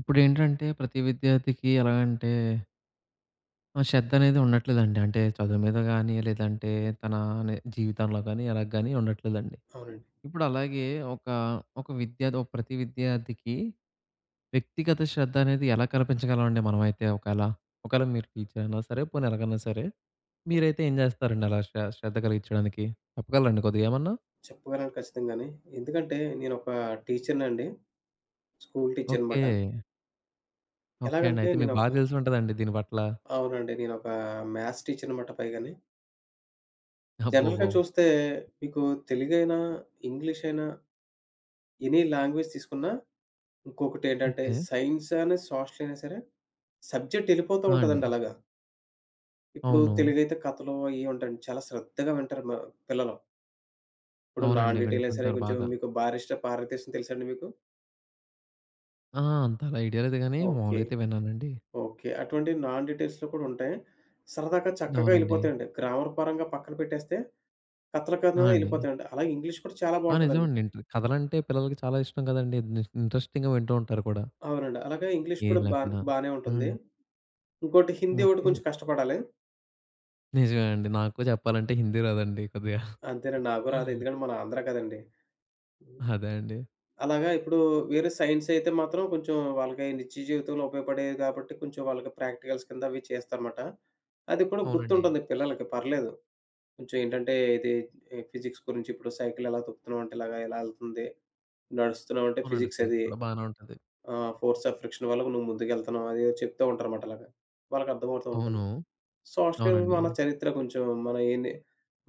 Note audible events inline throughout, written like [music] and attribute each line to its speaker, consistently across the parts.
Speaker 1: ఇప్పుడేంటంటే ప్రతి విద్యార్థికి ఎలా అంటే శ్రద్ధనేది ఉండట్లేదండి. అంటే చదువు మీద గాని, లేదంటే తన నే జీవితంలో గాని, ఎలా గాని ఉండట్లేదండి.
Speaker 2: అవునండి.
Speaker 1: ఇప్పుడు అలాగే ఒక, ఒక విద్యార్థి ఒక ప్రతి విద్యార్థికి వ్యక్తిగత శ్రద్ధ అనేది ఎలా కల్పించగలమండి మనమైతే ఒకేళ? ఒకేళ మీరు టీచర్ అయినా సరే, పోనీ ఎలాగన్నా సరే, మీరైతే ఏం చేస్తారండి అలా శ్రద్ధ కలిగించడానికి? చెప్పగలరండి కొద్దిగా ఏమన్నా?
Speaker 2: చెప్పగలను ఖచ్చితంగానే. ఎందుకంటే నేనొక టీచర్‌నండి. School
Speaker 1: okay.
Speaker 2: టీచరనమాట.
Speaker 1: ఓకే అండి.
Speaker 2: ఎలాగంటే
Speaker 1: అయితే మీకు బాగా
Speaker 2: నేనొక
Speaker 1: తెలిసుంటదండి దీని పట్ల.
Speaker 2: అవునండి. నేనొక మ్యాథ్స్ టీచరనమాట పైగాని.
Speaker 1: అబ్బో!
Speaker 2: జనరల్‌గా చూస్తే మీకు తెలుగైనా, ఇంగ్లీషయినా ఎనీ లాంగ్వేజ్ తీసుకున్నా ఇంకొకటేంటంటే
Speaker 1: ఓకే.
Speaker 2: సైన్స్ అని, సోషల్ అయినా సరే సబ్జెక్ట్ ఎళ్ళిపోతూ
Speaker 1: ఆ, అండి.
Speaker 2: ఉంటదండి అలాగా. ఇప్పుడు
Speaker 1: అవును.
Speaker 2: తెలుగైతే కథలు అయి ఉంటాయండి. చాలా శ్రద్ధగా వింటారు మా పిల్లలు. ఇప్పుడు 'నాన్
Speaker 1: అవునండి.
Speaker 2: డీటెయిల్' అయినా సరే
Speaker 1: వింటుంటారు
Speaker 2: కొంచెం
Speaker 1: బాగా.
Speaker 2: మీకు 'బారిస్టర్ పార్వతీశం' తెలుసండి మీకు?
Speaker 1: ఆ, అంత అలా ఐడియా లేదు గానీ
Speaker 2: ఓకే.
Speaker 1: మామూలుగైతే విన్నానండి.
Speaker 2: ఓకే. అటువంటి నాన్ డీటెయిల్స్‌లో కూడా ఉంటాయి. సరదాగా చక్కగా
Speaker 1: అవునండి.
Speaker 2: ఎళ్ళిపోతాయండి. గ్రామర్ పరంగా పక్కన పెట్టేస్తే కథల
Speaker 1: ఆ,
Speaker 2: కథనంగా
Speaker 1: అండి.
Speaker 2: ఎళ్ళిపోతాయండి. అలాగే ఇంగ్లీష్ కూడా చాలా
Speaker 1: ఆ,
Speaker 2: బావుంటదండి.
Speaker 1: నిజమండి. ఇంట్ కథలంటే పిల్లలకి చాలా ఇష్టం కదండీ! ని ఇంట్రెస్టింగ్‌గా వింటూ ఉంటారు కూడా.
Speaker 2: అవునండి. అలాగే ఇంగ్లీష్
Speaker 1: ఏం
Speaker 2: కూడా బానే
Speaker 1: లేకుండా.
Speaker 2: బానే ఉంటుంది.
Speaker 1: హ్మ్.
Speaker 2: ఇంకోటి హిందీ ఒకటి
Speaker 1: ఓకే.
Speaker 2: కొంచెం కష్టపడాలి.
Speaker 1: నిజమే అండి. నాకు చెప్పాలంటే హిందీ రాదండి కొద్దిగా.
Speaker 2: అంతేనండి. నాకు రాదు. ఎందుకంటే మన ఆంధ్ర కదండీ! హ్మ్.
Speaker 1: అదే అండి.
Speaker 2: అలాగా ఇప్పుడు వేరే సైన్స్ అయితే మాత్రం కొంచెం వాళ్ళకి నిత్య జీవితంలో ఉపయోగపడేవి కాబట్టి కొంచెం వాళ్ళకి ప్రాక్టికల్స్ కింద అవి చేస్తారన్నమాట. అది కూడా
Speaker 1: అవునండి.
Speaker 2: గుర్తుంటుంది పిల్లలకి పర్లేదు. కొంచెం ఏంటంటే ఇది ఎ ఫిజిక్స్ గురించి ఇప్పుడు సైకిల్ ఎలా తొక్కుతున్నావు అంటే ఇలాగా ఇలా ఎళ్తుంది. నడుస్తున్నావు అంటే
Speaker 1: అవునండి.
Speaker 2: ఫిజిక్స్
Speaker 1: ఫిజిక్స్
Speaker 2: అది.
Speaker 1: కూడా బానే ఉంటది.
Speaker 2: ఫోర్స్ ఆఫ్ ఫ్రిక్షన్ వల్ల నువ్వు ముందుకెళ్తున్నావు అది చెప్తూ ఉంటారన్నమాట అలాగా. వాళ్ళకి అర్థమవుతూ ఉంటుంది.
Speaker 1: అవును.
Speaker 2: సోషల్
Speaker 1: అవునండి.
Speaker 2: మన చరిత్ర కొంచెం మన ఏంది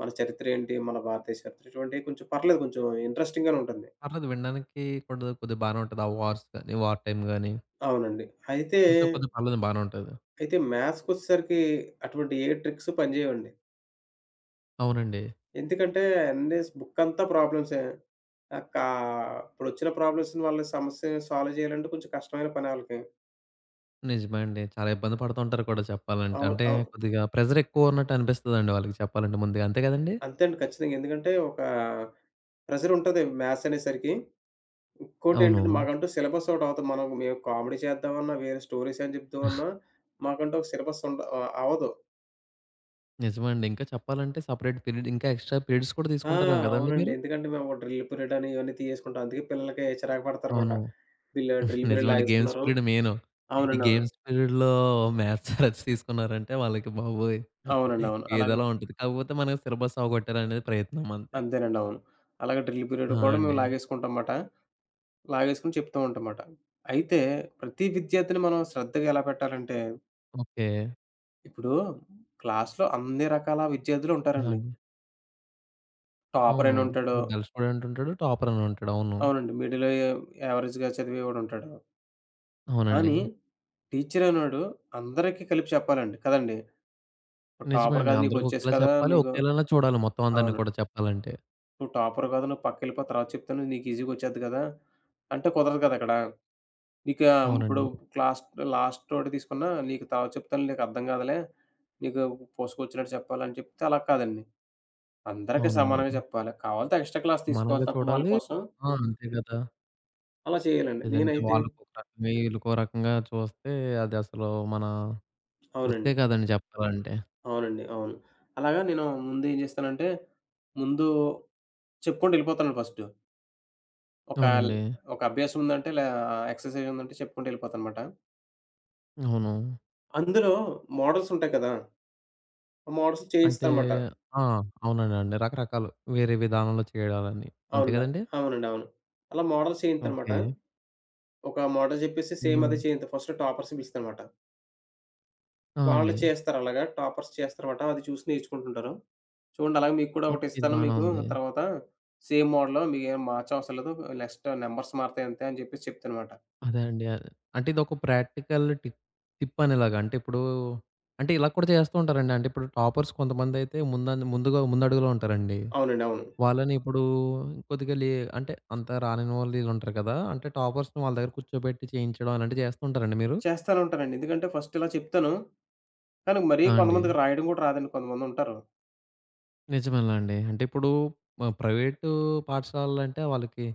Speaker 2: మన చరిత్ర ఏంటి? మన భారతదేశ చరిత్ర ఇటువంటివి కొంచెం పర్లేదు కొంచెం ఇంట్రెస్టింగ్ గానే ఉంటుంది.
Speaker 1: పర్లేదు వినడానికి కూడా కొద్దిగా బానే ఉంటది. ఆ వార్స్ గాని, వార్ టైమ్ గాని
Speaker 2: అవునండి. అయితే,
Speaker 1: అంతా కొద్దిగా పర్లేదు బానే ఉంటది.
Speaker 2: అయితే మ్యాథ్స్‌కొచ్చేసరికి అటువంటి ఏ ట్రిక్స్ పనిచేయవండి.
Speaker 1: అవునండి.
Speaker 2: ఎందుకంటే అన్ని బుక్ అంతా ప్రాబ్లమ్సే. ఆహ్, కా ఇప్పుడొచ్చిన ప్రాబ్లమ్స్‌ని వాళ్ళ సమస్యని సాల్వ్ చేయాలంటే కొంచెం కష్టమైన పని ఆళ్ళకి.
Speaker 1: నిజమే అండి. చాలా ఇబ్బంది పడుతుంటారు కూడా చెప్పాలంటే.
Speaker 2: అవును.
Speaker 1: అంటే
Speaker 2: అవును.
Speaker 1: కొద్దిగా ప్రెషర్ ఎక్కువ ఉన్నట్టు అనిపిస్తదండి వాళ్ళకి చెప్పాలంటే ముందుగా. అంతే కదండీ?
Speaker 2: అంతే అండి ఖచ్చితంగా. ఎందుకంటే ఒక ప్రెషర్ ఉంటది మ్యాథ్స్ అనేసరికి.
Speaker 1: అవును.
Speaker 2: ఇంకోటేంటంటే మాకంటూ సిలబస్ ఒకటి అవుతది. మేము కామెడీ చేద్దామన్నా, వేరే స్టోరీస్ అని చెప్దామన్నా, మాకంటూ ఒక సిలబస్ అవ్వదు.
Speaker 1: నిజమే అండి. ఇంకా చెప్పాలంటే సెపరేట్ పీరియడ్ ఇంకా ఎక్స్‌ట్రా పీరియడ్స్ కూడా
Speaker 2: ఆ!
Speaker 1: తీసుకుంటారేమో కదండీ
Speaker 2: అవునండి.
Speaker 1: మీరు?
Speaker 2: ఎందుకంటే మేము డ్రిల్ పీరియడ్ అని ఇవన్నీ తీసుకుంటాం. అందుకే పిల్లలకి చిరాకు పడతారన్నమాట.
Speaker 1: అవును.
Speaker 2: వీళ్ళు
Speaker 1: [laughs]
Speaker 2: డ్రిల్ పీరియడ్
Speaker 1: నిజమండి. గేమ్స్
Speaker 2: లాగేసుకున్నారు.
Speaker 1: Period main. ఈ
Speaker 2: అవునండి. అవును.
Speaker 1: గేమ్స్ పీరియడ్‌లో మ్యాథ్స్ రచ్చి తీసుకున్నారంటే వాళ్ళకి బాబోయ్!
Speaker 2: అవునండి. అవును. అలాగ
Speaker 1: ఏదోలా ఉంటది. కాకపోతే మనకు సిలబస్ అవగొట్టారనేది ప్రయత్నం అంతే.
Speaker 2: అంతేనండి. అవును. అలాగే డ్రిల్ పీరియడ్
Speaker 1: ఆ,
Speaker 2: కూడా మేము
Speaker 1: అండి.
Speaker 2: లాగేసుకుంటాం మాట. లాగేసుకొని చెప్తూ ఉంటాం మాట. అయితే ప్రతి విద్యార్థిని మనం శ్రద్ధగా ఎలా పెట్టాలంటే,
Speaker 1: ఓకే.
Speaker 2: ఇప్పుడు క్లాస్‌లో అన్ని రకాల విద్యార్థులు
Speaker 1: ఆ,
Speaker 2: ఉంటారండి.
Speaker 1: అండి.
Speaker 2: టాపర్ అని
Speaker 1: అవును.
Speaker 2: ఉంటాడు.
Speaker 1: ఒక డల్ స్టూడెంట్ ఉంటాడు. టాపర్ అని ఉంటాడు. అవును.
Speaker 2: అవునండి. మిడిల్ ఏ యావరేజ్‌గా చదివేవాడు ఉంటాడు.
Speaker 1: అవునండి.
Speaker 2: కానీ టీచర్ అనేవాడు అందరికీ కలిపి చెప్పాలండి. కదండీ! "నువ్వు
Speaker 1: నిజమే
Speaker 2: టాపర్
Speaker 1: అండి.
Speaker 2: కాదు నీకు
Speaker 1: అందరికి
Speaker 2: వచ్చేసి
Speaker 1: ఒకేలా
Speaker 2: కదా!
Speaker 1: చెప్పాలి.
Speaker 2: నీకు"
Speaker 1: ఒకేలానే చూడాలి మొత్తం అందరిని
Speaker 2: అవును.
Speaker 1: కూడా చెప్పాలంటే.
Speaker 2: "నువ్వు టాపర్ కాదు. నువ్వు పక్కెళ్ళిపో తర్వాత చెప్తాను. నీకు ఈజీగా వచ్చేద్ది కదా!" అంటే కుదరదు కదా అక్కడ. నీకా ఇప్పుడు
Speaker 1: అవునండి.
Speaker 2: క్లాస్ లాస్టోటి తీసుకున్నా నీకు చెప్తాను నీకర్థం కాదులే. నీకు పూసకొచ్చినట్టు చెప్పాలని చెప్తే అలా కాదండి. అందరికీ
Speaker 1: అవునండి.
Speaker 2: సమానంగా చెప్పాలి. కావాలంటే ఎక్స్‌ట్రా క్లాస్ తీసుకోవాలి
Speaker 1: సమానంగా
Speaker 2: తప్ప వాళ్ళ
Speaker 1: చూడాలి.
Speaker 2: కోసం
Speaker 1: ఆ, అంతే కదా!
Speaker 2: అలా చేయాలండి.
Speaker 1: లేదంటే
Speaker 2: నేనైతే
Speaker 1: వాళ్ళకో రకంగా, వీళ్ళకో రకంగా చూస్తే అది అసలు మన వృత్తే
Speaker 2: అవునండి.
Speaker 1: కాదండి చెప్పాలంటే.
Speaker 2: అవునండి. అవును. అలాగా నేను ముందు ఏం చేస్తానంటే, ముందు చెప్పుకుంటూ ఎళ్ళిపోతానండి ఫస్టు. ఒక ల్
Speaker 1: అవునండి.
Speaker 2: ఒక అభ్యాసం ఉందంటే లా ఎక్సర్సైజ్ ఉందంటే చెప్పుకుంటూ ఎళ్ళిపోతానమాట.
Speaker 1: అవును.
Speaker 2: అందులో మోడల్స్ ఉంటాయి కదా! ఆ మోడల్స్
Speaker 1: అంటే
Speaker 2: చేయిస్తానమాట.
Speaker 1: ఆ, అవునండి. అండి. రకరకాలు వేరే విధానంలో చేయాలని. అంతే
Speaker 2: అవును.
Speaker 1: కదండీ!
Speaker 2: అవునండి. అవును. అలా మోడల్స్ చేయిత్తనమాట.
Speaker 1: ఓకే.
Speaker 2: ఒక మోడల్ జెప్పేసి సేమ్
Speaker 1: హ్మ్.
Speaker 2: అదే చేయంత ఫస్ట్ టాపర్స్ పిలుస్తానమాట.
Speaker 1: ఆ,
Speaker 2: వాళ్ళు
Speaker 1: అండి.
Speaker 2: చేస్తారలాగా. టాపర్స్ చేస్తారమాట. అది చూసి నేర్చుకుంటుంటారు. చూడండి అలాగే మీకు కూడా
Speaker 1: ఓకే. ఇది
Speaker 2: ఒకటిస్తాను
Speaker 1: బానే
Speaker 2: మీకు
Speaker 1: ఉంది.
Speaker 2: తర్వాత సేమ్ మోడలు మీకేం మార్చవసరం లేదు. నెక్స్ట్ నంబర్స్ మారతాయి అంతే అని జెప్పేసి చెప్తానమాట.
Speaker 1: అదే అండి. అదే. అంటే ఇదొక ప్రాక్టికల్ టిప్ టిప్ అనేలాగా. అంటే ఇప్పుడు అంటే ఇలా కూడా చేస్తూ ఉంటారండి. అంటే ఇప్పుడు టాపర్స్ కొంతమందైతే ముందుగా ముందడుగులో ఉంటారండి.
Speaker 2: అవునండి. అవును.
Speaker 1: వాళ్ళని ఇప్పుడు కొద్దిగా అంటే అంత రానిన వాళ్ళు వీళ్ళుంటారు కదా! అంటే టాపర్స్‌ని వాళ్ళ దగ్గర కూర్చోబెట్టి చేయించడం అలాంటివి చేస్తూ ఉంటారండి మీరు?
Speaker 2: చేస్తానే ఉంటానండి. ఎందుకంటే ఫస్ట్ ఇలా చెప్తాను. కానీ మరీ
Speaker 1: ఆ, అండి.
Speaker 2: కొంతమందికి రాయడం గూడా రాదండి కొంతమందుంటారు.
Speaker 1: నిజమేలా అండి. అంటే ఇప్పుడు ప్రైవేటు పాఠశాలలంటే వాళ్ళకి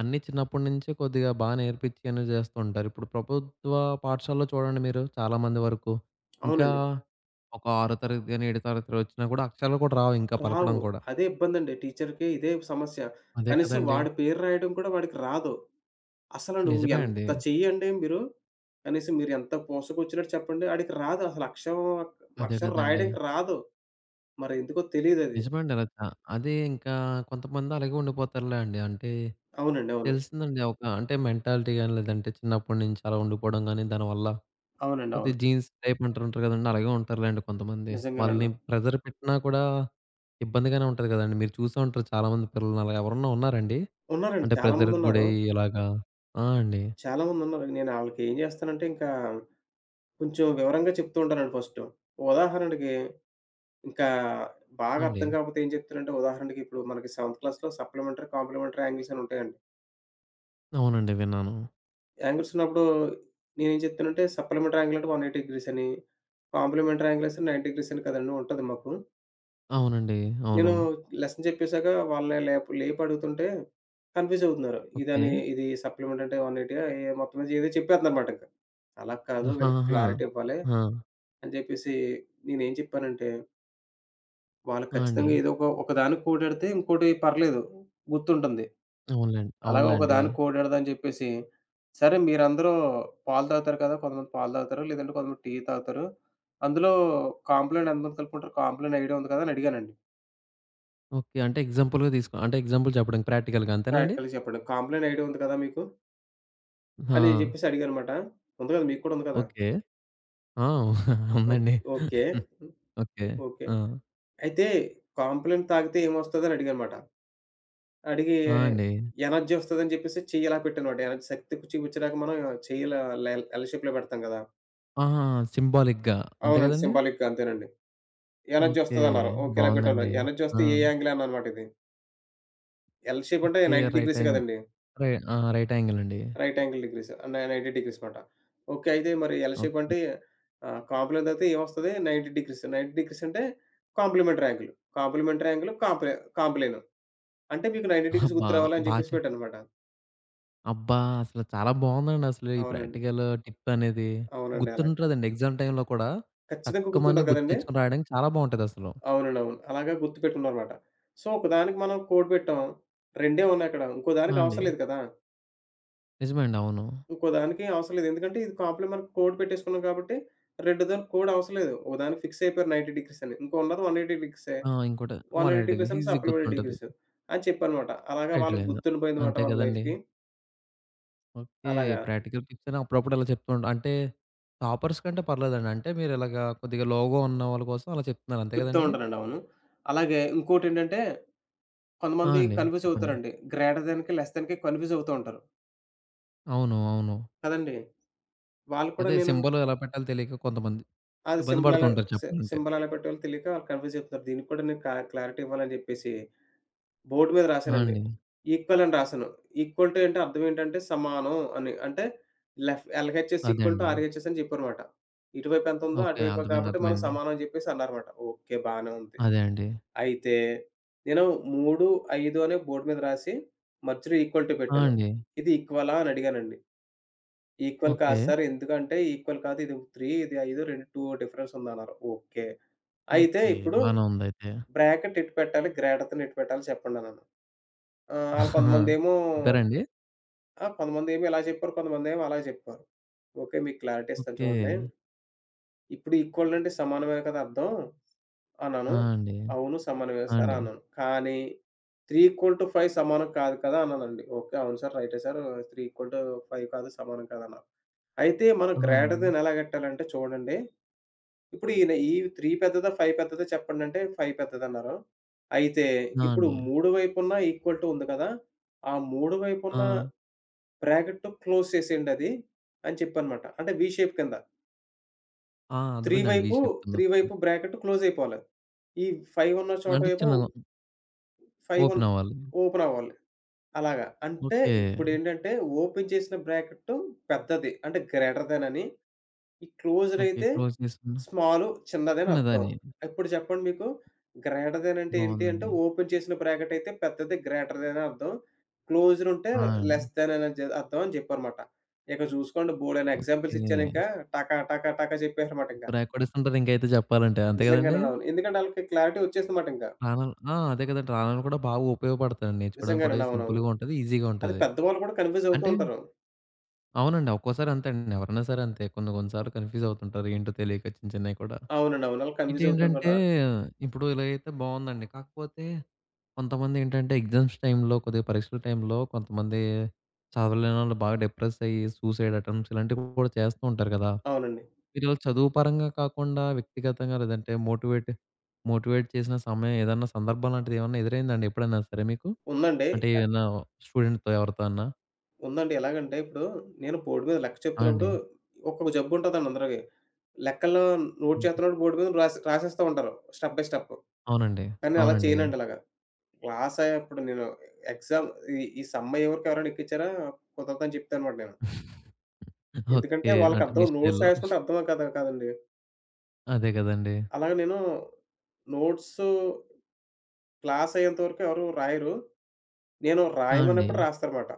Speaker 1: అన్నీ చిన్నప్పటి నుంచే కొద్దిగా బాగా నేర్పించి అనేది చేస్తూ ఉంటారు. ఇప్పుడు ప్రభుత్వ పాఠశాలలో చూడండి మీరు చాలా మంది వరకు. ఇంకా
Speaker 2: అవునండి.
Speaker 1: ఒక ఆరో తరగతి గాని, ఏడో తరగతి వచ్చినా కూడా అక్షరాలు కూడా రావు ఇంకా పలకడం
Speaker 2: రావు.
Speaker 1: కూడా.
Speaker 2: అదే ఇబ్బందండి. టీచర్‌కి ఇదే సమస్య.
Speaker 1: అదే
Speaker 2: కనీసం
Speaker 1: కదండీ!
Speaker 2: వాడి పేరు రాయడం కూడా వాడికి రాదు. అసలు నువ్వు
Speaker 1: నిజమే అండి.
Speaker 2: ఎంత చెయ్యండి మీరు, కనీసం మీరు ఎంత మోసుకొచ్చినట్టు చెప్పండి. ఆడికి రాదు అసలు అక్షరం,
Speaker 1: అదే
Speaker 2: అక్షరం
Speaker 1: కదండీ!
Speaker 2: రాయడానికి రాదు. మరి ఎందుకో తెలీదది.
Speaker 1: నిజమే అండి. అలా చా అదే ఇంకా కొంతమంది అలాగే ఉండిపోతారులే అండి. అంటే
Speaker 2: అవునండి. అవును.
Speaker 1: తెలిసిందండి ఒక అంటే మెంటాలిటీ గాని, లేదంటే చిన్నప్పటి నుంచి అలా ఉండిపోవడం గాని, దానివల్ల
Speaker 2: అవునండి. అవును.
Speaker 1: కొద్దిగా జీన్స్ టైప్ అంటుంటారు కదండీ! అలాగే ఉంటారులేండి కొంతమంది.
Speaker 2: నిజంగానండి.
Speaker 1: వాళ్ళని ప్రెషర్ పెట్టినా కూడా ఇబ్బందిగానే ఉంటది కదండీ! మీరు చూసే ఉంటారు చాలామంది పిల్లల్ని అలాగా ఎవరన్నా ఉన్నారండి?
Speaker 2: ఉన్నారండి.
Speaker 1: అంటే
Speaker 2: చాలా
Speaker 1: ప్రెషర్‌కి
Speaker 2: మందున్నారు.
Speaker 1: గురయ్యి ఇలాగా ఆ, అండి.
Speaker 2: నేను ఆళ్ళకి ఏం చేస్తానంటే ఇంకా కొంచెం వివరంగా చెప్తూ ఉంటానండి ఫస్టు. ఉదాహరణకి ఇంకా బాగా
Speaker 1: ఆ, అండి.
Speaker 2: అర్థం కాకపోతే ఏం చెప్తానంటే ఉదాహరణకి ఇప్పుడు మనకి సెవెంత్ క్లాస్‌లో సప్లిమెంటరీ, కాంప్లిమెంటరీ యాంగిల్స్ అని ఉంటాయండి.
Speaker 1: అవునండి. విన్నాను.
Speaker 2: యాంగిల్స్ ఉన్నప్పుడు నేనేం చెప్తానంటే, సప్లిమెంటరీ యాంగిల్ అంటే 180 డిగ్రీస్ అని, కాంప్లిమెంటరీ యాంగిల్స్ 90 డిగ్రీస్ అని కదండీ ఉంటది మాకు.
Speaker 1: అవునండి.
Speaker 2: నేను
Speaker 1: అవును.
Speaker 2: లెసన్ చెప్పేసాక వాళ్ళని లేపి అడుగుతుంటే కన్‌ఫ్యూజ్ అవుతున్నారు.
Speaker 1: ఓకే.
Speaker 2: ఇదని ఇది సప్లిమెంట్ అంటే 180 ఏ మొత్తం మీద ఏదో చెప్పేత్తన్నారన్నమాట ఇంక. అలా కాదు వీళ్ళకి
Speaker 1: ఆహాహా!
Speaker 2: క్లారిటీ ఇవ్వాలి
Speaker 1: ఆ!
Speaker 2: అని చెప్పేసి నేనేం చెప్పానంటే, వాళ్ళు
Speaker 1: ఆ, అండి.
Speaker 2: ఖచ్చితంగా ఏదో ఒకదానికి కోడాడితే ఇంకోటి పర్లేదు గుర్తుంటుంది.
Speaker 1: అవునులేండి.
Speaker 2: అలాగే
Speaker 1: అవునులేండి.
Speaker 2: ఒకదానికి కోడెడదాని చెప్పేసి, సరే మీరందరూ పాలు తాగుతారు కదా! కొంతమంది పాలు తాగుతారు. లేదంటే కొంతమంది టీ తాగుతారు. అందులో కాంప్లెయిన్ ఎంతమంది కలుపుకుంటారు? కాంప్లెయిన్ ఐడియా ఉంది కదా! అని అడిగానండి.
Speaker 1: ఓకే. అంటే ఎగ్జాంపుల్‌గా తీసుకో అంటే ఎగ్జాంపుల్ చెప్పడానికి ప్రాక్టికల్‌గా అంతేనండి?
Speaker 2: యాక్చువల్‌గా చెప్పండి. కాంప్లెయిన్ ఐడియా ఉంది కదా మీకు? అని
Speaker 1: ఆ!
Speaker 2: చెప్పేసి అడిగానమాట. ఉంది కదా! మీకు కూడా ఉంది కదా!
Speaker 1: ఓకే. ఆ,
Speaker 2: ఓ
Speaker 1: ఉందండి.
Speaker 2: ఓకే. హ్మ్.
Speaker 1: ఓకే.
Speaker 2: ఓకే.
Speaker 1: ఆ!
Speaker 2: అయితే కాంప్లెయిన్ తాగితే ఏమొస్తది అని అడిగానమాట. అడిగి
Speaker 1: ఆ, అండి.
Speaker 2: ఎనర్జీ వస్తదని చెప్పేసి చెయ్యి ఇలా పెట్టానమాట. ఎనర్జీ శక్తి చూపించడానికి మనం చెయ్యి ఇలా ఎల్ ఎల్ షేప్‌లో పెడతాం కదా!
Speaker 1: ఆహా! సింబాలిక్‌గా అంతే
Speaker 2: అవునండి.
Speaker 1: కదండీ?
Speaker 2: సింబాలిక్‌గా అంతేనండి. Energy
Speaker 1: okay.
Speaker 2: వస్తదన్నారు. ఓకే. ఇలా పెట్టాను.
Speaker 1: బావుందండి.
Speaker 2: ఎనర్జీ
Speaker 1: ఆ!
Speaker 2: వస్తే ఏ యాంగిల్ అని అనమాట ఇది. ఎల్ షేప్ అంటే
Speaker 1: ఓకే.
Speaker 2: 90
Speaker 1: రైట్
Speaker 2: డిగ్రీస్
Speaker 1: యాంగ్
Speaker 2: కదండీ!
Speaker 1: రై ఆ, రైట్ యాంగిల్ అండి.
Speaker 2: Right angle degrees. నై 90 డిగ్రీస్ మాట. ఓకే. అయితే మరి ఎల్ షేప్
Speaker 1: ఓకే.
Speaker 2: అంటే కాంప్లిమెంట్ అయితే ఏమొస్తది? 90 డిగ్రీస్. 90 డిగ్రీస్ అంటే కాంప్లిమెంటరీ యాంగిల్. కాంప్లిమెంటరీ యాంగిల్ కాంప్లే కాంప్లేను. అంటే మీకు 90 డిగ్రీస్
Speaker 1: అబ్బా!
Speaker 2: గుర్తు రావాలి అని
Speaker 1: బా
Speaker 2: చెప్పేసి పెట్టానన్నమాట.
Speaker 1: అబ్బా! అసలు చాలా బావుందండి అసలు ఈ
Speaker 2: అవునండి.
Speaker 1: ప్రాక్టికల్ టిప్ అనేది.
Speaker 2: అవునండి. అలాగే.
Speaker 1: గుర్తుంటదండి ఎగ్జామ్ టైమ్‌లో కూడా
Speaker 2: ఖచ్చితంగా
Speaker 1: టక్కుమని
Speaker 2: గుర్తుంటది కదండీ!
Speaker 1: గుర్తుతెచ్చుకొని రాయడానికి చాలా బావుంటదసలు.
Speaker 2: అవునండి. అవును. అలాగా గుర్తుపెట్టుకున్నానన్నమాట. సో, ఒకదానికి మనం కోడ్ పెట్టాం. రెండే ఉన్నాయక్కడ. ఇంకో
Speaker 1: ఆ,
Speaker 2: దానికి
Speaker 1: అండి.
Speaker 2: అవసరం లేదు కదా!
Speaker 1: నిజమే అండి. అవును.
Speaker 2: ఇంకో దానికి అవసరం లేదు. ఎందుకంటే ఇది కాంప్లిమెంట్ కోడ్ పెట్టేసుకున్నాం కాబట్టి, రెండోదానికి కోడ్ అవసరం లేదు. ఓ దానికి ఫిక్స్ అయిపోయారు 90 డిగ్రీస్ అని. ఇంకో ఉన్నది 180 డిగ్రీసే.
Speaker 1: ఆ, ఇంకోటి
Speaker 2: 180
Speaker 1: 180
Speaker 2: డిగ్రీస్
Speaker 1: డిగ్రీస్
Speaker 2: అంటే
Speaker 1: ఈజీగా
Speaker 2: సప్లిమెంటరీ
Speaker 1: గుర్తుంటది.
Speaker 2: డిగ్రీస్ అని చెప్పానమాట. అలాగా
Speaker 1: రైట్
Speaker 2: వాళ్ళకి
Speaker 1: లైన్.
Speaker 2: గుర్తుండిపోయిందమాట
Speaker 1: అంతే
Speaker 2: వాళ్ళ
Speaker 1: కదండీ.
Speaker 2: లైఫ్‌కి.
Speaker 1: ఓకే.
Speaker 2: అలాగా
Speaker 1: ప్రాక్టికల్ టిప్స్ అని అప్పుడప్పుడు ఇలా చెప్తూ ఉంటా అంటే టాపర్స్ కంటే పర్లేదండి. అంటే మీరు ఇలాగా కొద్దిగా లో‌గా ఉన్న వాళ్ళ కోసం అలా చెప్తున్నారు అంతే
Speaker 2: చెప్తూ
Speaker 1: కదండీ?
Speaker 2: ఉంటానండి. అవును. అలాగే ఇంకోటేంటంటే
Speaker 1: ఆ,
Speaker 2: కొంతమంది
Speaker 1: అండి.
Speaker 2: కన్‌ఫ్యూజ్
Speaker 1: చెప్పండి.
Speaker 2: అవుతారండి. గ్రేటర్ దాన్‌కి, లెస్ దాన్‌కి కన్‌ఫ్యూజ్ అవుతూ ఉంటారు.
Speaker 1: అవును. అవును.
Speaker 2: కదండీ! వాళ్ళు కూడా
Speaker 1: అదే
Speaker 2: నేను
Speaker 1: సింబల్ ఎలా పెట్టాలో తెలియక కొంతమంది
Speaker 2: అది
Speaker 1: ఇబ్బంది
Speaker 2: సింబల్
Speaker 1: పడుతూ
Speaker 2: ఎలా
Speaker 1: ఉంటారు
Speaker 2: సి
Speaker 1: చెప్పాలంటే.
Speaker 2: సింబల్ ఎలా పెట్టాలో తెలియక కన్‌ఫ్యూజ్ అయిపోతారు. దీనికి కూడా నేను క్లారిటీ ఇవ్వాలని చెప్పేసి బోర్డ్ మీద
Speaker 1: ఆ,
Speaker 2: రాసానండి.
Speaker 1: అండి.
Speaker 2: ఈక్వల్ అని రాసాను. ఈక్వల్ టు అంటే అర్థం ఏంటంటే సమానం అని. అంటే ఎల్‌హెచ్‌ఎస్
Speaker 1: అదే
Speaker 2: ఈక్వల్ టు
Speaker 1: అండి.
Speaker 2: ఆర్‌హెచ్‌ఎస్ అని చెప్పారమాట. ఇటువైపు ఎంతుందో
Speaker 1: ఓకే.
Speaker 2: అటువైపు
Speaker 1: అర్థమైంది.
Speaker 2: కాబట్టి మనం
Speaker 1: అర్థమైంది.
Speaker 2: సమానం అని చెప్పేసి అన్నారమాట. ఓకే. బానే ఉంది.
Speaker 1: అదే అండి.
Speaker 2: అయితే నేను 3, 5 అని బోర్డ్ మీద రాసి మధ్యలో ఈక్వల్ టు
Speaker 1: ఆ,
Speaker 2: పెట్టాను.
Speaker 1: అండి.
Speaker 2: ఇది ఈక్వలా అని అడిగానండి. Equal
Speaker 1: okay.
Speaker 2: కాదు సార్. ఎందుకంటే ఈక్వల్ కాదు. ఇది 3 ఇది 5 రెండు 2 డిఫరెన్స్ ఉందన్నారు. ఓకే. అయితే
Speaker 1: ఓకే.
Speaker 2: ఇప్పుడు
Speaker 1: బానే ఉందయితే.
Speaker 2: బ్రాకెట్ ఎటు పెట్టాలి? గ్రేటర్ థాన్ ఎటు పెట్టాలి చెప్పండన్నాను. ఆ! ఆళ్ళు కొంతమందేమో
Speaker 1: చెప్పారా అండి?
Speaker 2: ఆ! కొంతమందేమో ఇలా చెప్పారు. కొంతమందేమో అలా చెప్పారు. ఓకే. మీకు క్లారిటీ ఇస్తాను
Speaker 1: ఓకే.
Speaker 2: చూడండి. ఇప్పుడు ఈక్వల్ అంటే సమానమే కదా అర్థం అన్నాను.
Speaker 1: ఆ, అండి.
Speaker 2: అవును. సమానమే
Speaker 1: ఆ,
Speaker 2: సార్
Speaker 1: అండి.
Speaker 2: అన్నాను. కానీ 3:5 సమానం కాదు కదా అన్నానండి. ఓకే. అవును సార్. రైటే సార్. 3:5 కాదు సమానం కాదన్నారు. అయితే మనం
Speaker 1: ఆ,
Speaker 2: గ్రేటర్
Speaker 1: అండి.
Speaker 2: థాన్ ఎలా కట్టాలంటే చూడండి. ఇప్పుడు ఈయన ఈ 3 పెద్దదా? 5 పెద్దదా? చెప్పండంటే 5 పెద్దదన్నారు. అయితే
Speaker 1: ఆ,
Speaker 2: ఇప్పుడు
Speaker 1: అండి.
Speaker 2: 3 వైపున ఈక్వల్ టూ ఉంది కదా! ఆ 3
Speaker 1: ఆ!
Speaker 2: వైపున బ్రాకెట్‌తో క్లోజ్ చేసేయండది అని చెప్పనమాట. అంటే వి షేప్ కింద.
Speaker 1: ఆ,
Speaker 2: 3
Speaker 1: అర్థమైందండి. వి
Speaker 2: వైపు
Speaker 1: షేప్
Speaker 2: 3
Speaker 1: కిందొస్తది.
Speaker 2: వైపు బ్రాకెట్ క్లోజ్ అయిపోవాలి. ఈ 5 ఉన్న చోట
Speaker 1: అంటే
Speaker 2: ఏమో
Speaker 1: చిన్నగా
Speaker 2: 5
Speaker 1: ఓపెన్ అవ్వాలి.
Speaker 2: ఓపెన్ అవ్వాలి. అలాగా. అంటే
Speaker 1: ఓకే.
Speaker 2: ఇప్పుడేంటంటే ఓపెన్ చేసిన బ్రాకెట్ పెద్దది. అంటే గ్రేటర్ థాన్ అని. ఈ క్లోజ్డ్
Speaker 1: ఓకే.
Speaker 2: అయితే
Speaker 1: క్లోజ్ చేసుకున్న
Speaker 2: చిన్నదని అర్థం.
Speaker 1: చిన్నదని.
Speaker 2: ఇప్పుడు చెప్పండి మీకు గ్రేటర్ థాన్ అంటే ఏంటి అంటే
Speaker 1: బావుందండి.
Speaker 2: ఓపెన్ చేసిన బ్రాకెట్ అయితే పెద్దది గ్రేటర్ థాన్ అని అర్థం. క్లోజ్డ్ ఉంటే
Speaker 1: ఆ, అండి.
Speaker 2: లెస్ థాన్ అని అర్థం అని చెప్పారమాట. ఇక చూసుకోండి బోలెడన్ని ఎగ్జాంపుల్స్
Speaker 1: ఓకే.
Speaker 2: ఇచ్చానింకా టక టక టక చెప్పేసారమాట ఇంక.
Speaker 1: క్రాక్ కొట్టేస్తుంటారు ఇంకైతే చెప్పాలంటే. అంతే
Speaker 2: నిజంగానే
Speaker 1: కదండీ!
Speaker 2: అవును. ఎందుకంటే ఆళ్ళకి క్లారిటీ వచ్చేసిందమాట ఇంక.
Speaker 1: రాణాలు ఆ, అదే కదండీ! రాణాలు కూడా బాగా ఉపయోగపడతాయండి. నేర్చుకోవడానికి కూడా
Speaker 2: నిజంగానండి. అవునవును.
Speaker 1: సింపుల్‌గా ఉంటది. ఈజీగా
Speaker 2: అది
Speaker 1: ఉంటది.
Speaker 2: పెద్దవాళ్ళు కూడా కన్‌ఫ్యూజ్ అవుతూ
Speaker 1: అంటే
Speaker 2: ఉంటారు.
Speaker 1: అవునండి. ఒక్కోసారి అంతే అండి. ఎవరైనా సరే అంతే. కొన్ని కొన్ని సార్లు కన్‌ఫ్యూజ్ అవుతుంటారు. ఏంటో తెలియక చిన్న చిన్నయి కూడా.
Speaker 2: అవునండి. అవును. ఆళ్ళు కన్‌ఫ్యూజ్
Speaker 1: ఇటేంటంటే
Speaker 2: అవుతుంటారు.
Speaker 1: ఇప్పుడు ఇలాగైతే బావుందండి. కాకపోతే కొంతమందేంటంటే ఎగ్జామ్స్ టైమ్‌లో కొద్దిగా పరీక్షల టైమ్‌లో కొంతమంది చదవలేనోళ్ళు బాగా డిప్రెస్ అయ్యి సూసైడ్ అటెంప్ట్స్ ఇలాంటివి కూడా చేస్తూ ఉంటారు కదా!
Speaker 2: అవునండి.
Speaker 1: వీళ్ళు చదువు పరంగా కాకుండా వ్యక్తిగతంగా లేదంటే మోటివేట్ మోటివేట్ చేసిన సమయం ఏదన్నా సందర్భం లాంటిది ఏమన్నా ఎదురైందా అండి ఎప్పుడైనా సరే మీకు?
Speaker 2: ఉందండి.
Speaker 1: అంటే ఏదన్నా స్టూడెంట్‌తో ఎవరితో అన్నా?
Speaker 2: ఉందండి. ఎలాగంటే ఇప్పుడు నేను బోర్డ్ మీద లెక్క
Speaker 1: ఆ,
Speaker 2: చెప్తున్నప్పుడు
Speaker 1: అండి.
Speaker 2: ఒక్కొక్క జబ్బు ఉంటదండి అందరికి. లెక్కల్లో నోట్
Speaker 1: హుహు.
Speaker 2: చేస్తున్నప్పుడు బోర్డ్ మీద రాసి రాసేస్తా ఉంటారు స్టెప్ బై స్టెప్.
Speaker 1: అవునండి.
Speaker 2: కానీ నేను అలా
Speaker 1: అవునండి.
Speaker 2: చేయనండి అలాగా. క్లాస్ ఇప్పుడు నేను ఎగ్జామ్ ఈ ఈ సమ్ ఎవరికి ఎవరైనా ఎక్కించారా కుదరదని చెప్తానమాట నేను. ఎందుకంటే
Speaker 1: ఓకే.
Speaker 2: వాళ్ళకి
Speaker 1: అంటే మీ
Speaker 2: అర్థం నోట్స్
Speaker 1: స్టైల్‌లో.
Speaker 2: రాసేసుకుంటే అర్థం కాదు కాదండి.
Speaker 1: అదే గదండీ!
Speaker 2: అలాగే నేను నోట్స్ క్లాస్ అయ్యేంత వరకు ఎవరు రాయరు. నేను
Speaker 1: ఆ, అండి.
Speaker 2: రాయమన్నప్పుడు రాస్తారన్నమాట.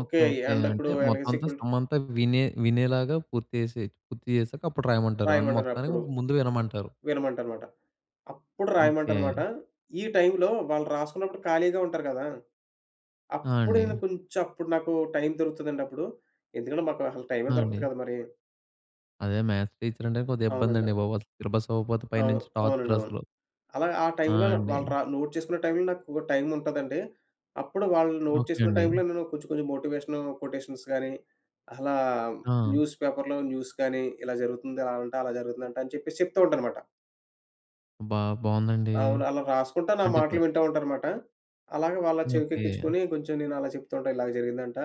Speaker 1: ఓకే.
Speaker 2: ఓకే.
Speaker 1: ఓకే.
Speaker 2: అండ్ ఇప్పుడు
Speaker 1: అంటే
Speaker 2: ఎలాగ
Speaker 1: మొత్తం అంతా
Speaker 2: సెక్యూరిటీ
Speaker 1: సమ్ అంతా వినేలాగా పూర్తి చేసి పూర్తి చేసాక అప్పుడు రాయమంటారు. అంటే
Speaker 2: రాయమంటారు
Speaker 1: మొత్తానికి
Speaker 2: అప్పుడు
Speaker 1: ముందు వినమంటారు.
Speaker 2: వినమంటారన్నమాట. అప్పుడు
Speaker 1: ఓకే.
Speaker 2: రాయమంటారుమాట. ఈ టైంలో వాళ్ళు రాసుకున్నప్పుడు ఖాళీగా ఉంటారు కదా!
Speaker 1: ఆ,
Speaker 2: అప్పుడు
Speaker 1: అండి.
Speaker 2: నేను కొంచెం అప్పుడు నాకు టైం దొరుకుతదండి అప్పుడు. ఎందుకంటే మాకు అసలు టైమే
Speaker 1: ఆ,
Speaker 2: దొరకదు
Speaker 1: అండి.
Speaker 2: కదా మరి.
Speaker 1: అదే మ్యాథ్స్ టీచర్ అంటే కొద్దిగా
Speaker 2: అవునండి.
Speaker 1: ఇబ్బందండి బాబు. అసలు సిలబస్ అవ్వకపోతే
Speaker 2: అవును.
Speaker 1: పైనుంచి
Speaker 2: అవునండి.
Speaker 1: టార్చర్
Speaker 2: అవును.
Speaker 1: అసలు.
Speaker 2: అలా ఆ
Speaker 1: ఆ,
Speaker 2: టైంలో
Speaker 1: అండి.
Speaker 2: వాళ్ళు నోట్ చేసుకునే టైంలో నాకు టైం ఉంటదండి. అప్పుడు వాళ్ళు నోట్
Speaker 1: ఓకే
Speaker 2: చేసుకునే
Speaker 1: అండి.
Speaker 2: టైంలో నేను కొంచెం కొంచెం మోటివేషన్ కొటేషన్స్ గాని, అలా
Speaker 1: ఆ!
Speaker 2: న్యూస్ పేపర్‌లో న్యూస్ గాని ఇలా జరుగుతుంది. అలా అంటే అలా జరుగుతుందంట అని చెప్పేసి చెప్తూ ఉంటానమాట.
Speaker 1: అబ్బా! బావుందండి.
Speaker 2: అవును. అలా రాసుకుంటా నా
Speaker 1: అంటే
Speaker 2: మాటలు
Speaker 1: కొన్
Speaker 2: వింటా ఉంటారనమాట. అలాగే వాళ్ళ
Speaker 1: ఓకే.
Speaker 2: చెవికెక్కించుకొని కొంచెం నేను అలా చెప్తుంటా. ఇలాగ జరిగిందంట.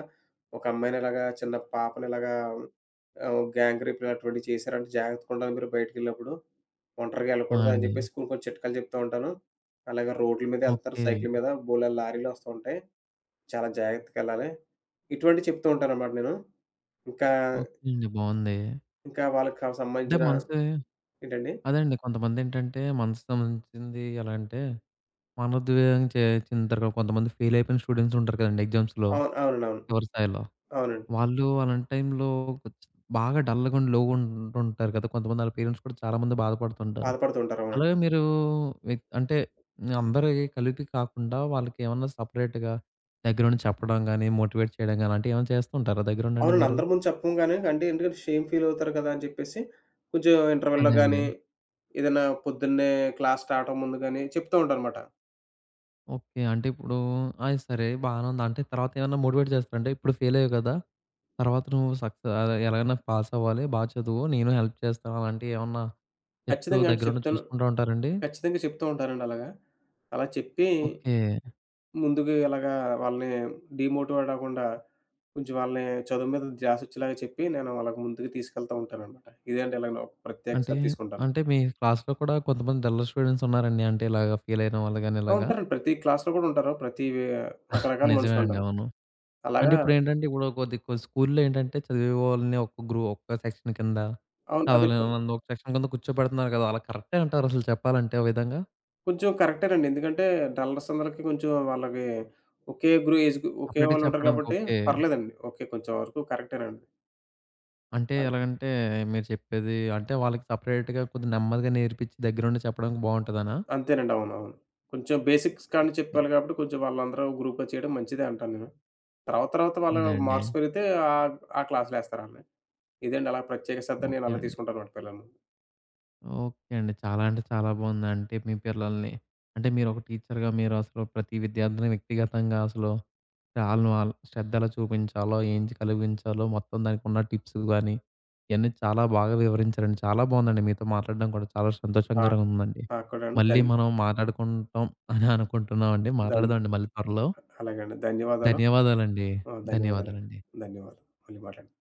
Speaker 2: ఒక అమ్మాయిని ఇలాగా చిన్న పాపని ఇలాగా గ్యాంగ్ రేప్‌లు అటువంటివి చేశారంటే జాగ్రత్తగా ఉండాలి మీరు బయటికెళ్ళినప్పుడు. ఒంటరిగా
Speaker 1: ఆ,
Speaker 2: ఎళ్ళకూడదు అని
Speaker 1: అండి.
Speaker 2: చెప్పేసి కొన్ని కొన్ని చిట్కాలు చెప్తా ఉంటాను. అలాగే రోడ్ల మీద ఎళ్తారు
Speaker 1: ఓకే.
Speaker 2: సైకిల్ మీద బోలెడు లారీలు వస్తూ ఉంటాయి. చాలా జాగ్రత్తగా ఎళ్ళాలి. ఇటువంటివి చెప్తూ ఉంటాననమాట నేను. ఇంకా,
Speaker 1: ఓకే అండి. బావుంది.
Speaker 2: ఇంకా వాళ్ళకి
Speaker 1: అంటే
Speaker 2: సంబంధించిన
Speaker 1: మనసు
Speaker 2: ఏంటండి?
Speaker 1: అదేండి కొంతమందేంటంటే మనసుకు సంబంధించింది ఎలా అంటే, మనోద్వేగం చే చెందిన తర్వాత కొంతమంది ఫెయిల్ అయిపోయిన స్టూడెంట్స్ ఉంటారు కదండీ ఎగ్జామ్స్‌లో
Speaker 2: అవును. అవునండి. అవును.
Speaker 1: చివరి స్థాయిలో.
Speaker 2: అవునండి.
Speaker 1: వాళ్ళు అలాంటి టైంలో కొంచెం బాగా డల్‌గా ఉండి, లోగా ఉంటుంటారు కదా! కొంతమంది ఆళ్ళ పేరెంట్స్ కూడా చాలామంది బాధపడుతుంటారు.
Speaker 2: బాధపడుతూ ఉంటారు. అవునండి.
Speaker 1: అలాగే మీరు విత్ అంటే అందరివి కలిపి కాకుండా వాళ్ళకేమన్నా సెపరేట్‌గా దగ్గరుండి చెప్పడం గాని, మోటివేట్ చేయడం గాని అలాంటివి ఏమైనా చేస్తూ ఉంటారా దగ్గరుండండి
Speaker 2: అవునండి.
Speaker 1: మీరు?
Speaker 2: అందరి ముందు చెప్పము గానీ, అంటే ఎందుకంటే షేమ్ ఫీల్ అవుతారు కదా! అని చెప్పేసి, కొంచెం ఇంటర్వల్‌లో
Speaker 1: అదే అండి.
Speaker 2: గానీ, ఏదైనా పొద్దున్నే క్లాస్ స్టార్ట్ అవ్వక ముందు గానీ, చెప్తూ ఉంటానమాట.
Speaker 1: ఓకే. అంటే ఇప్పుడు అది సరే బానే ఉంది. అంటే తర్వాతేమన్నా మోటివేట్ చేస్తారా? అంటే ఇప్పుడు ఫెయిలయ్యావు కదా! తర్వాత నువ్వు అదే ఎలాగైనా పాసవ్వాలి, బా చదువు, నేను హెల్ప్ చేస్తాను అలాంటియేమన్నా చెప్తూ
Speaker 2: ఖచ్చితంగా అంటే
Speaker 1: దగ్గరుండి
Speaker 2: చెప్తాను.
Speaker 1: చూసుకుంటా ఉంటారండి?
Speaker 2: ఖచ్చితంగా చెప్తూ ఉంటానండి అలాగా. అలా చెప్పి,
Speaker 1: ఓకే.
Speaker 2: ముందుకు ఇలాగా వాళ్ళని డీమోటివేట్ అవ్వకుండా, కొంచెం వాళ్ళని చదువు మీద ధ్యాసొచ్చేలాగా చెప్పి, నేను వాళ్ళకి ముందుకు తీసుకెళ్తా ఉంటాననమాట. ఇదే అండి ఇలాగ నా ప్రత్యేక
Speaker 1: అంటే,
Speaker 2: శ్రద్ధ తీసుకుంటాను.
Speaker 1: అంటే మీ క్లాస్‌లో కూడా కొంతమంది డల్లర్ స్టూడెంట్స్ ఉన్నారండి. అంటే ఇలాగ ఫెయిలయిన వాళ్ళు గాని
Speaker 2: ఆ!
Speaker 1: ఇలాగా.
Speaker 2: ఉంటారండి. ప్రతి క్లాస్‌లో కూడా ఉంటారు. ప్రతి వే రకరకాల
Speaker 1: నిజమే అండి.
Speaker 2: మనుషులుంటారు.
Speaker 1: అవును. అంటే
Speaker 2: అలాగా
Speaker 1: ఇప్పుడేంటంటే ఇప్పుడు కొద్ది కొ స్కూల్‌లో ఏంటంటే చదివేవాళ్ళని ఒక సెక్షన్ కింద,
Speaker 2: అవును. అది
Speaker 1: చదవలేని వాళ్ళని ఒక సెక్షన్ కింద కూర్చోబెడుతున్నారు కదా! అలా కరెక్టే అంటారా అసలు చెప్పాలంటే ఓ విధంగా?
Speaker 2: కొంచెం కరెక్టేనండి. ఎందుకంటే డల్లర్స్ అందరికి కొంచెం వాళ్ళకి ఒకే గ్రూ ఏజ్ గ్రూ ఒకే
Speaker 1: సపరేట్‌గా
Speaker 2: వాళ్ళుంటారు
Speaker 1: చెప్పడానికి
Speaker 2: కాబట్టి
Speaker 1: ఓకే.
Speaker 2: పర్లేదండి. ఓకే. కొంచెం వరకు కరెక్టేనండి.
Speaker 1: అంటే
Speaker 2: అన్
Speaker 1: ఎలాగంటే, మీరు చెప్పేది అంటే వాళ్ళకి సెపరేట్‌గా కొద్దిగా నెమ్మదిగా నేర్పించి దగ్గరుండి చెప్పడానికి బావుంటదనా?
Speaker 2: అంతేనండి. అవునవును. కొంచెం బేసిక్స్ కాడ నుంచి చెప్పాలి కాబట్టి కొంచెం వాళ్ళందరూ గ్రూప్‌గా చేయడం మంచిదే అంటాను నేను. తర్వాత తర్వాత వాళ్ళ
Speaker 1: అదే అండి.
Speaker 2: మార్క్స్ పెరిగితే ఆ క్లాస్‌లేస్తారాళ్ళని. ఇదండి అలా ప్రత్యేక శ్రద్ధ నేను
Speaker 1: ఓకే
Speaker 2: అలా
Speaker 1: అండి.
Speaker 2: తీసుకుంటానమాట పిల్లల ముందు.
Speaker 1: ఓకే అండి. చాలా అంటే చాలా బావుంది. అంటే మీ పిల్లల్ని అంటే మీరొక టీచర్‌గా మీరు అసలు ప్రతి విద్యార్థిని వ్యక్తిగతంగా అసలు వాళ్ళు శ్రద్ధ ఎలా చూపించాలో, ఏం కలిగించాలో మొత్తం దానికున్న టిప్స్ గానీ, ఇయన్నీ చాలా బాగా వివరించారండి. చాలా బావుందండి మీతో మాట్లాడడం కూడా చాలా
Speaker 2: ఆ!
Speaker 1: సంతోషంగా ఉందండి.
Speaker 2: నాకు కూడాను
Speaker 1: మళ్ళీ
Speaker 2: ధన్
Speaker 1: మనం మాట్లాడుకుంటాం అని అనుకుంటున్నామండి.
Speaker 2: ధన్
Speaker 1: మాట్లాడదామండి మళ్ళీ త్వరలో.
Speaker 2: అలాగే అండి. ధన్యవాదాలు.
Speaker 1: ధన్యవాదాలండి.
Speaker 2: ఆ! ధన్యవాదాలండి.
Speaker 1: ధన్యవాదాలండి.
Speaker 2: ధన్యవాదాలు. మళ్ళీ మాట్లాడదాం.